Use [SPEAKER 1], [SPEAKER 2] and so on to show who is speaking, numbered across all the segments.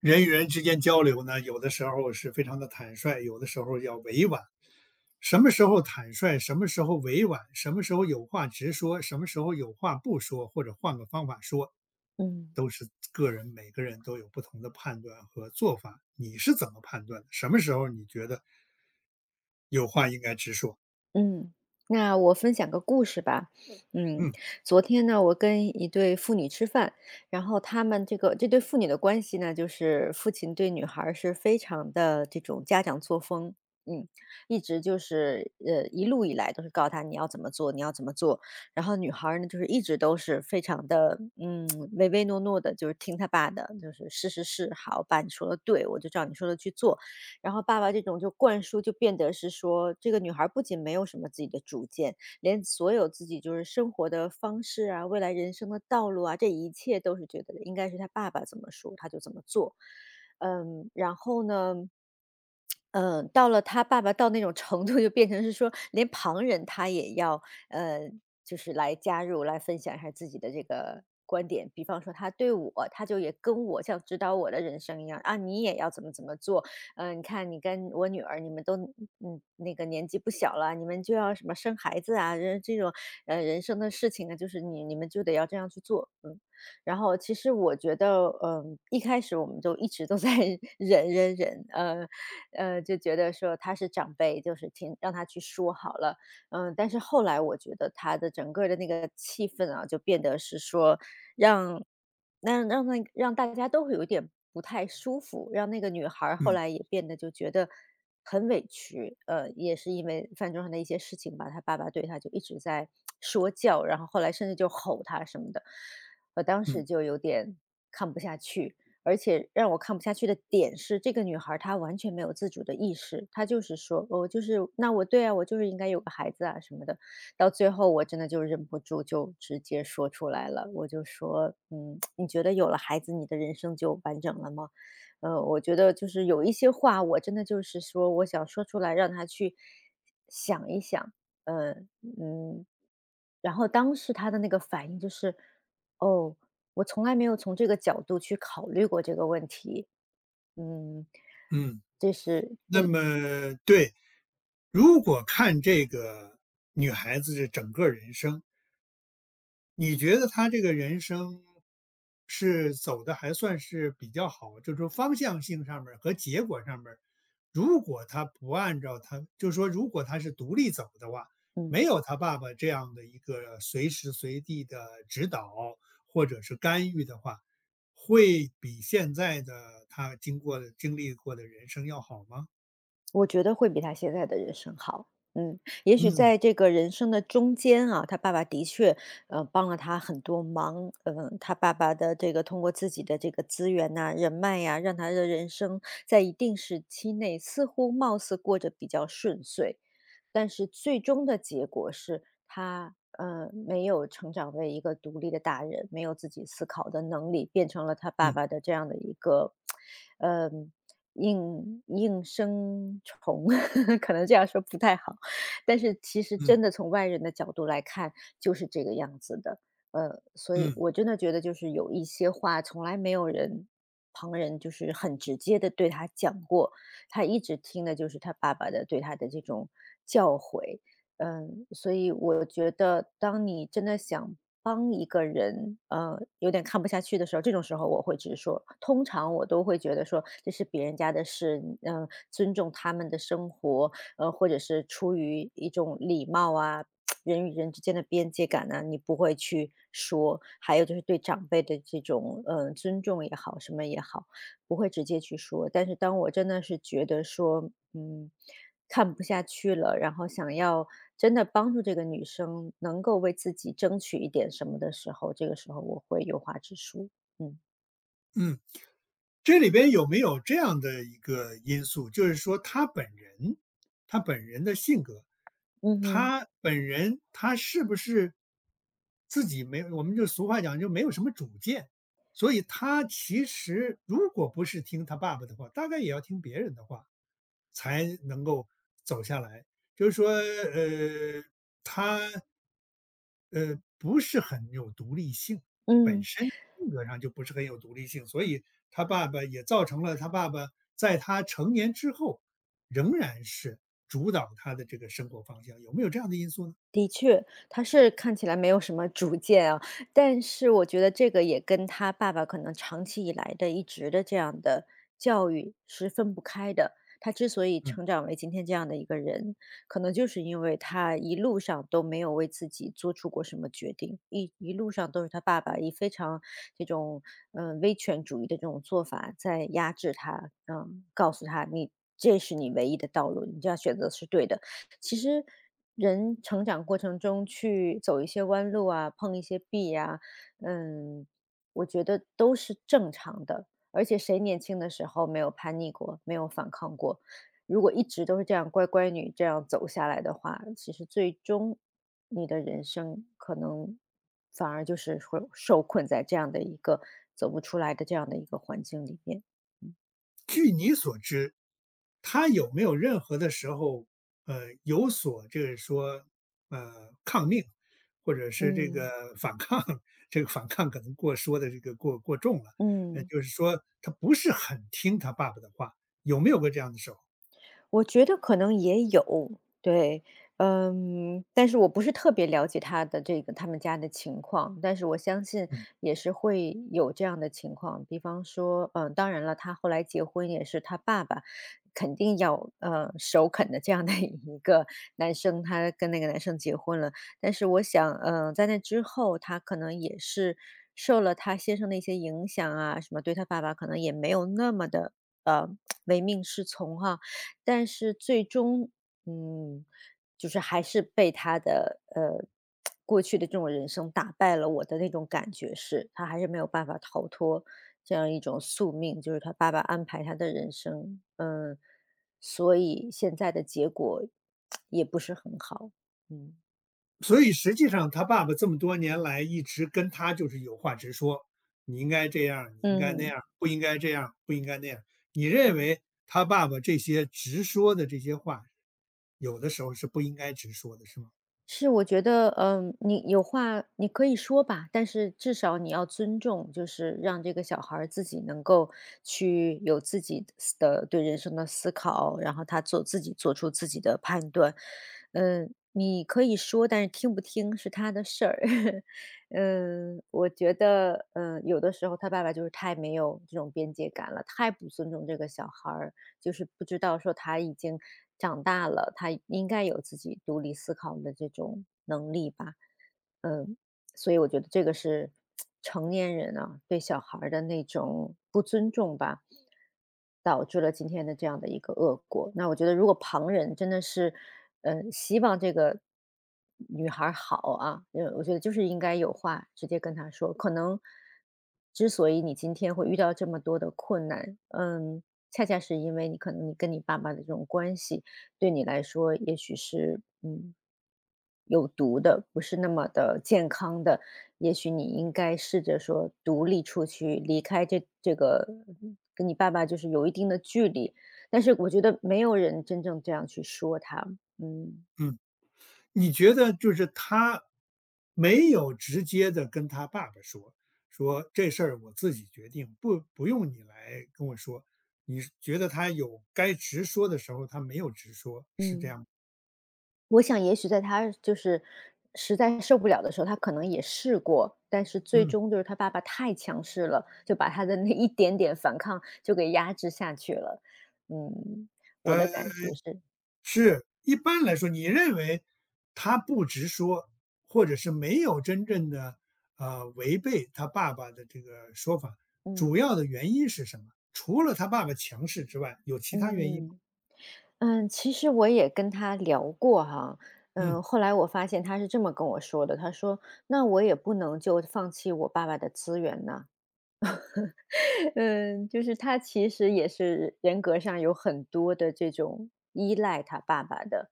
[SPEAKER 1] 人与人之间交流呢，有的时候是非常的坦率，有的时候要委婉。什么时候坦率，什么时候委婉，什么时候有话直说，什么时候有话不说，或者换个方法说，
[SPEAKER 2] 嗯
[SPEAKER 1] 都是个人每个人都有不同的判断和做法。你是怎么判断的？什么时候你觉得有话应该直说？
[SPEAKER 2] 嗯，那我分享个故事吧。嗯，
[SPEAKER 1] 嗯
[SPEAKER 2] 昨天呢，我跟一对父女吃饭，然后他们这个这对父女的关系呢，就是父亲对女孩儿是非常的这种家长作风，嗯，一直就是一路以来都是告诉他你要怎么做，你要怎么做。然后女孩儿呢，就是一直都是非常的唯唯诺诺的，就是听他爸的，就是是是是，好，爸你说的对，我就照你说的去做。然后爸爸这种就灌输，就变得是说，这个女孩儿不仅没有什么自己的主见，连所有自己就是生活的方式啊，未来人生的道路啊，这一切都是觉得应该是她爸爸怎么说，她就怎么做。然后呢，嗯，到了他爸爸到那种程度，就变成是说，连旁人他也要，呃，就是来加入，来分享一下自己的这个观点。比方说，他对我，他就也跟我像指导我的人生一样啊，你也要怎么怎么做。你看你跟我女儿，你们都那个年纪不小了，你们就要什么生孩子啊，人这种人生的事情呢，就是你们就得要这样去做，嗯。然后其实我觉得，一开始我们就一直都在 忍忍忍，就觉得说他是长辈，就是听让他去说好了。但是后来我觉得他的整个的那个气氛啊，就变得是说让让大家都会有点不太舒服，让那个女孩儿后
[SPEAKER 1] 嗯
[SPEAKER 2] 来也变得就觉得很委屈。也是因为饭桌上的一些事情吧，他爸爸对他就一直在说教，然后后来甚至就吼他什么的。我当
[SPEAKER 1] 嗯
[SPEAKER 2] 时就有点看不下去，而且让我看不下去的点是，这个女孩儿她完全没有自主的意识，她就是说，哦，就是那我对啊，我就是应该有个孩子啊什么的。到最后我真的就忍不住就直接说出来了，我就说，你觉得有了孩子，你的人生就完整了吗？我觉得就是有一些话，我真的就是说，我想说出来，让她去想一想，呃，嗯。然后当时他的那个反应就是，哦。我从来没有从这个角度去考虑过这个问题。嗯，
[SPEAKER 1] 嗯。
[SPEAKER 2] 这是
[SPEAKER 1] 那么对，如果看这个女孩子的整个人生，你觉得他这个人生是走的还算是比较好，就是说方向性上面儿和结果上面儿如果他不按照他，就是说如果他是独立走的话，没
[SPEAKER 2] 嗯。
[SPEAKER 1] 有他爸爸这样的一个随时随地的指导或者是干预的话，会比现在的他经过的经历过的人生要好吗？
[SPEAKER 2] 我觉得会比他现在的人生好。也许
[SPEAKER 1] 嗯
[SPEAKER 2] 在这个人生的中间啊，他爸爸的确，帮了他很多忙。嗯，他爸爸的这个通过自己的这个资源呐、人脉呀、让他的人生在一定时期内似乎貌似过着比较顺遂，但是最终的结果是他没有成长为一个独立的大人，没有自己思考的能力，变成了他爸
[SPEAKER 1] 嗯
[SPEAKER 2] 爸的这样的一个，嗯。应应声虫，可能这样说不太好，但是其实
[SPEAKER 1] 嗯
[SPEAKER 2] 真的从外人的角度来看，就是这个样子的。所以
[SPEAKER 1] 嗯
[SPEAKER 2] 我真的觉得就是有一些话从来没有人旁人就是很直接的对他讲过，他一直听的就是他爸爸的对他的这种教诲。所以我觉得当你真的想帮一个人，有点看不下去的时候，这种时候我会直说。通常我都会觉得说这是别人家的事，尊重他们的生活，或者是出于一种礼貌啊，人与人之间的边界感呢、你不会去说。还有就是对长辈的这种，尊重也好，什么也好，不会直接去说。但是当我真的是觉得说，嗯，看不下去了，然后想要真的帮助这个女生能够为自己争取一点什么的时候，这个时候我会有话直说。嗯，
[SPEAKER 1] 嗯。这里边有没有这样的一个因素，就是说他本人，他本人的性格，
[SPEAKER 2] 嗯哼，
[SPEAKER 1] 他本人他是不是自己没我们就俗话讲就没有什么主见，所以他其实如果不是听他爸爸的话，大概也要听别人的话，才能够走下来。就是说，他不是很有独立性，本
[SPEAKER 2] 嗯。
[SPEAKER 1] 身性格上就不是很有独立性，所以他爸爸也造成了他爸爸在他成年之后，仍然是主导他的这个生活方向，有没有这样的因素呢？
[SPEAKER 2] 的确，他是看起来没有什么主见啊，但是我觉得这个也跟他爸爸可能长期以来的一直的这样的教育是分不开的。他之所以
[SPEAKER 1] 嗯，
[SPEAKER 2] 成长为今天这样的一个人，可能就是因为他一路上都没有为自己做出过什么决定，一路上都是他爸爸以非常这种威权主义的这种做法在压制他，告诉他你这是你唯一的道路，你这样选择是对的。其实人成长过程中去走一些弯路啊，碰一些壁呀、嗯，我觉得都是正常的。而且谁年轻的时候没有叛逆过，没有反抗过？如果一直都是这样乖乖女这样走下来的话，其实最终你的人生可能反而就是会受困在这样的一个走不出来的这样的一个环境里面。嗯。
[SPEAKER 1] 他有没有任何的时候，有所这个说，抗命，或者是这
[SPEAKER 2] 嗯。
[SPEAKER 1] 个反抗，这个反抗可能过说的这个过重了，
[SPEAKER 2] 嗯
[SPEAKER 1] 就是说他不是很听他爸爸的话，有没有过这样的时候？
[SPEAKER 2] 我觉得可能也有，对，但是我不是特别了解他的这个他们家的情况，但是我相信
[SPEAKER 1] 嗯。
[SPEAKER 2] 也是会有这样的情况。比方说，当然了，他后来结婚也是他爸爸肯定要首肯的这样的 一个男生，他跟那个男生结婚了。但是我想，在那之后，他可能也是受了他先生的一些影响啊，什么对他爸爸可能也没有那么的呃 唯命是从哈、但是最终，嗯，就是还是被他的，过去的这种人生打败了我的那种感觉是，他还是没有办法逃脱这样一种宿命，就是他爸爸安排他的人生。嗯，所以现在的结果也不是很好。嗯。
[SPEAKER 1] 所以实际上，他爸爸这么多年来一直跟他就是有话直说，你应该这样你应该那
[SPEAKER 2] 嗯，
[SPEAKER 1] 样不应该这样不应该那样你认
[SPEAKER 2] 嗯。
[SPEAKER 1] 为他爸爸这些直说的这些话，有的时候是不应该直说的，是吗？
[SPEAKER 2] 是，我觉得，你有话你可以说吧，但是至少你要尊重，就是让这个小孩儿自己能够去有自己的对人生的思考，然后他做出自己的判断。你可以说，但是听不听是他的事儿。我觉得，有的时候他爸爸就是太没有这种边界感了，太不尊重这个小孩儿。就是不知道说他已经长大了，他应该有自己独立思考的这种能力吧。嗯，所以我觉得这个是 成年人啊对小孩儿的那种不尊重吧。导致了今天的这样的一个恶果。那我觉得如果旁人真的是，希望这个女孩儿好啊，我觉得就是应该有话直接跟她说。可能之所以你今天会遇到这么多的困难，恰恰是因为你可能你跟你爸爸的这种关系，对你来说也许是，有毒的，不是那么的健康的，也许你应该试着说独立出去，离开这个跟你爸爸就是有一定的距离，但是我觉得没有人真正这样去说他，嗯。
[SPEAKER 1] 嗯，你觉得就是他没有直接的跟他爸爸说，说这事儿我自己决定，不用你来跟我说。你觉得他有该直说的时候，他没有直说，是这
[SPEAKER 2] 嗯。
[SPEAKER 1] 样吗？
[SPEAKER 2] 我想也许在他就是实在受不了的时候，他可能也试过，但是最
[SPEAKER 1] 嗯，
[SPEAKER 2] 终就是他爸爸太强势了，就把他的那一点点反抗就给压制下去了。嗯，我的感
[SPEAKER 1] 呃，
[SPEAKER 2] 觉是，
[SPEAKER 1] 是，一般来说，你认为他不直说，或者是没有真正的违背他爸爸的这个说法，主
[SPEAKER 2] 嗯
[SPEAKER 1] 要的原因是什么？除了他爸爸强势之外，有其他原因吗？
[SPEAKER 2] 嗯其实我也跟他聊过哈，
[SPEAKER 1] 嗯，
[SPEAKER 2] 后来我发现他是这么跟我说的，他说：“那我也不能就放弃我爸爸的资源呐，嗯，就是他其实也是人格上有很多的这种依赖他爸爸的，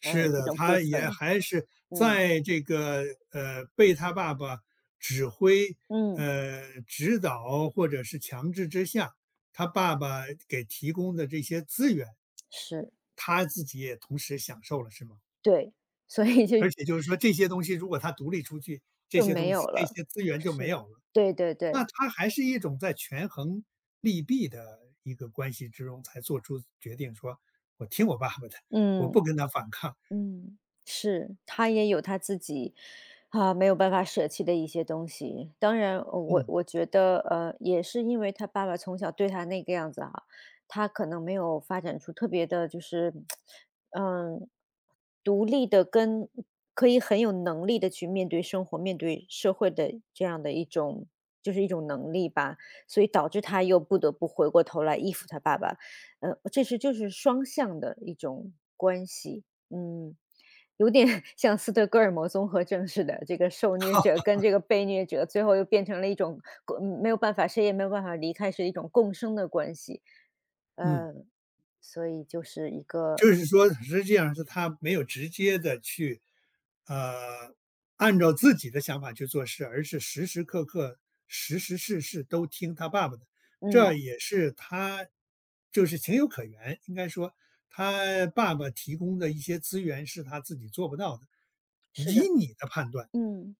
[SPEAKER 1] 是
[SPEAKER 2] 这
[SPEAKER 1] 的，
[SPEAKER 2] 种部
[SPEAKER 1] 他也
[SPEAKER 2] 分。
[SPEAKER 1] 还是
[SPEAKER 2] 嗯，
[SPEAKER 1] 在这个被他爸爸指挥、
[SPEAKER 2] 嗯，
[SPEAKER 1] 指导或者是强制之下，他爸爸给提供的这些资源，
[SPEAKER 2] 是，
[SPEAKER 1] 他自己也同时享受了，是吗？
[SPEAKER 2] 对，所以就
[SPEAKER 1] 而且就是说这些东西如果他独立出去，这
[SPEAKER 2] 就
[SPEAKER 1] 些
[SPEAKER 2] 没
[SPEAKER 1] 东
[SPEAKER 2] 有
[SPEAKER 1] 西这
[SPEAKER 2] 了。
[SPEAKER 1] 些资源就没
[SPEAKER 2] 是，
[SPEAKER 1] 有了，
[SPEAKER 2] 对对
[SPEAKER 1] 那
[SPEAKER 2] 对，
[SPEAKER 1] 他还是一种在权衡利弊的一个关系之中才做出决定，说我听我爸爸的，我
[SPEAKER 2] 嗯。
[SPEAKER 1] 不跟他反抗。
[SPEAKER 2] 嗯，是，他也有他自己啊，没有办法舍弃的一些东西。当然，我
[SPEAKER 1] 嗯
[SPEAKER 2] 我觉得，也是因为他爸爸从小对他那个样子哈。他可能没有发展出特别的，就是嗯，独立的跟可以很有能力的去面对生活、面对社会的这样的一种，就是一种能力吧。所以导致他又不得不回过头来依附他爸爸，这是就是双向的一种关系。嗯，有点 像斯德哥尔摩综合症似的，这个受虐者跟这个被虐者，最后又变成了一种共没有办法，谁也没有办法离开，是一种共生的关系。
[SPEAKER 1] 嗯。
[SPEAKER 2] 呃，所以就是一个。
[SPEAKER 1] 就是说实际上是他没有直接的去，呃，按照自己的想法去做事，而是时时刻刻、时时事事都听他爸爸的。这
[SPEAKER 2] 嗯，
[SPEAKER 1] 也是他就是情有可原，应该说他爸爸提供的一些资源是他自己做不到的。
[SPEAKER 2] 是
[SPEAKER 1] 以
[SPEAKER 2] 的，
[SPEAKER 1] 你的判断，
[SPEAKER 2] 嗯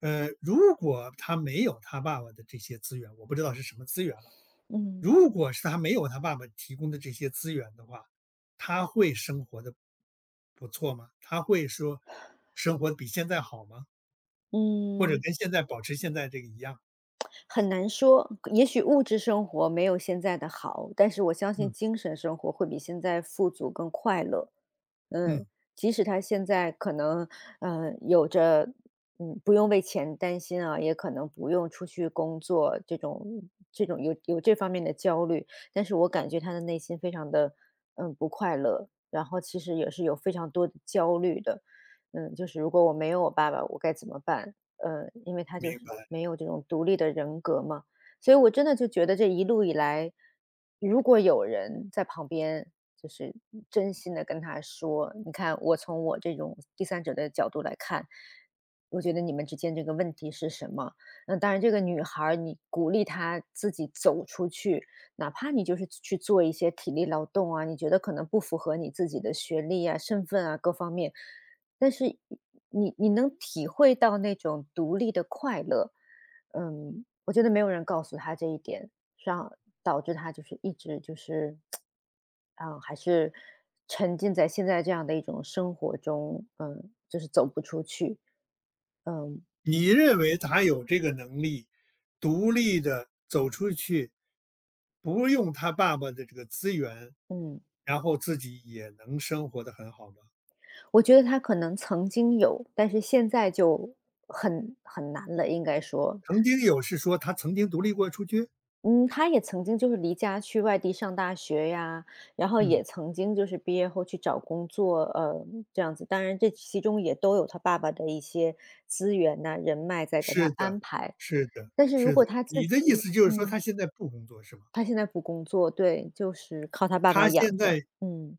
[SPEAKER 1] 如果他没有他爸爸的这些资源，我不知道是什么资源了。
[SPEAKER 2] 嗯
[SPEAKER 1] 如果是他没有他爸爸提供的这些资源的话，他会生活的不错吗？他会说生活得比现在好吗？或者
[SPEAKER 2] 嗯，
[SPEAKER 1] 跟现在保持现在这个一样？
[SPEAKER 2] 很难说。也许物质生活没有现在的好，但是我相信
[SPEAKER 1] 嗯
[SPEAKER 2] 精神生活会比现在富足更快乐。
[SPEAKER 1] 嗯，
[SPEAKER 2] 嗯，即使他现在可能，有着，不用为钱担心啊，也可能不用出去工作，这种有这方面的焦虑。但是我感觉他的内心非常的，不快乐，然后其实也是有非常多的焦虑的。嗯，就是如果我没有我爸爸，我该怎么办？因为他就
[SPEAKER 1] 明
[SPEAKER 2] 是
[SPEAKER 1] 白。
[SPEAKER 2] 没有这种独立的人格嘛。所以我真的就觉得这一路以来，如果有人在旁边就是真心的跟他说，你看我从我这种第三者的角度来看，我觉得你们之间这个问题是什么？那当然这个女孩儿你鼓励她自己走出去，哪怕你就是去做一些体力劳动啊，你觉得可能不符合你自己的学历啊、身份啊各方面，但是你能体会到那种独立的快乐。嗯，我觉得没有人告诉他这一点，让导致他就是一直就是，啊，还是沉浸在现在这样的一种生活中，就是走不出去。嗯
[SPEAKER 1] 你认为他有这个能力，独立的走出去，不用他爸爸的这个资源，
[SPEAKER 2] 嗯，
[SPEAKER 1] 然后自己也能生活的很好吗？
[SPEAKER 2] 我觉得他可能曾经有，但是现在就很难了，应该说。
[SPEAKER 1] 曾经有是说他曾经独立过出去？
[SPEAKER 2] 嗯，他也曾经就是离家去外地上大学呀，然后
[SPEAKER 1] 嗯。
[SPEAKER 2] 也曾经就是毕业后去找工作，这样子。当然这其中也都有他爸爸的一些资源呐、人脉在给他
[SPEAKER 1] 是的，
[SPEAKER 2] 安排。
[SPEAKER 1] 是的，
[SPEAKER 2] 但是如
[SPEAKER 1] 是的。
[SPEAKER 2] 果他自
[SPEAKER 1] 你的意
[SPEAKER 2] 己
[SPEAKER 1] 思就是说
[SPEAKER 2] 嗯，
[SPEAKER 1] 他现在不工作是吗？
[SPEAKER 2] 他现在不工作，对，就是靠他爸爸
[SPEAKER 1] 他
[SPEAKER 2] 养
[SPEAKER 1] 现
[SPEAKER 2] 着。
[SPEAKER 1] 在
[SPEAKER 2] 嗯，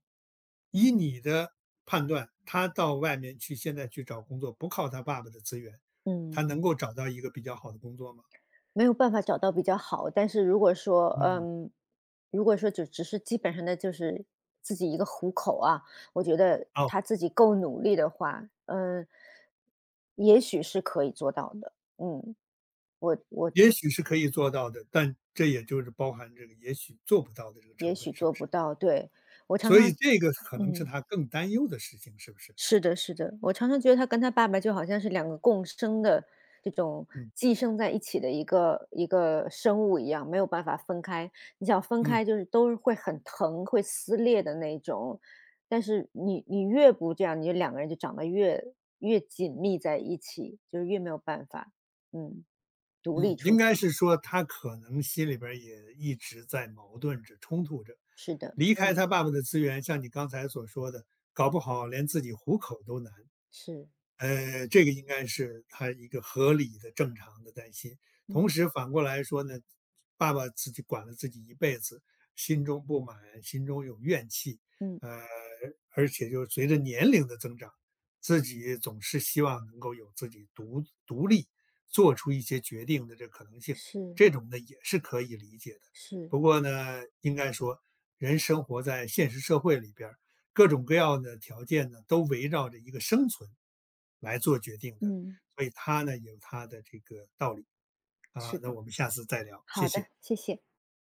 [SPEAKER 1] 以你的判断，他到外面去现在去找工作，不靠他爸爸的资源，他
[SPEAKER 2] 嗯。
[SPEAKER 1] 能够找到一个比较好的工作吗？
[SPEAKER 2] 没有办法找到比较好，但是如果说，
[SPEAKER 1] 嗯，
[SPEAKER 2] 就只是基本上的就是自己一个糊口啊，我觉得
[SPEAKER 1] 哦，
[SPEAKER 2] 他自己够努力的话，嗯，也许是可以做到的。嗯，我
[SPEAKER 1] 也许是可以做到的，但这也就是包含这个也许做不到的这个
[SPEAKER 2] 也
[SPEAKER 1] 成分，
[SPEAKER 2] 许
[SPEAKER 1] 是
[SPEAKER 2] 做
[SPEAKER 1] 不
[SPEAKER 2] 不
[SPEAKER 1] 是？
[SPEAKER 2] 到，对，我常
[SPEAKER 1] 所以
[SPEAKER 2] 常
[SPEAKER 1] 这个可能是
[SPEAKER 2] 嗯。
[SPEAKER 1] 他更担忧的事情，是不是？
[SPEAKER 2] 是的，是的，我常常觉得他跟他爸爸就好像是两个共生的这种
[SPEAKER 1] 嗯
[SPEAKER 2] 寄生在一起的一个生物一样，没有办法分开。你想分
[SPEAKER 1] 嗯。
[SPEAKER 2] 开，就是都是会很疼、会撕裂的那种。但是你越不这样，你就两个人就长得越紧密在一起，就是越没有办法，嗯，独立
[SPEAKER 1] 嗯，
[SPEAKER 2] 出
[SPEAKER 1] 应
[SPEAKER 2] 去。
[SPEAKER 1] 该是说他可能心里边儿也一直在矛盾着、冲突着。
[SPEAKER 2] 是的，
[SPEAKER 1] 离开
[SPEAKER 2] 嗯，
[SPEAKER 1] 他爸爸的资源，像你刚才所说的，搞不好连自己糊口都难。
[SPEAKER 2] 是，
[SPEAKER 1] 这个应该是他一个合理的、正常的担心。同
[SPEAKER 2] 嗯
[SPEAKER 1] 时反过来说呢，爸爸自己管了自己一辈子，心中不满，心中有怨气，
[SPEAKER 2] 嗯，
[SPEAKER 1] 呃，而且就随着年龄的增长，自己总是希望能够有自己独立做出一些决定的这可能性，
[SPEAKER 2] 是
[SPEAKER 1] 这种呢也是可以理解的。
[SPEAKER 2] 是，
[SPEAKER 1] 不过呢，应该说人生活在现实社会里边儿，各种各样的条件呢，都围绕着一个生存来做决定的，
[SPEAKER 2] 嗯，
[SPEAKER 1] 所以它呢有它的这个道理。啊，
[SPEAKER 2] 是
[SPEAKER 1] 那
[SPEAKER 2] 的。
[SPEAKER 1] 我们下次再聊，谢
[SPEAKER 2] 好的，
[SPEAKER 1] 谢。
[SPEAKER 2] 谢谢。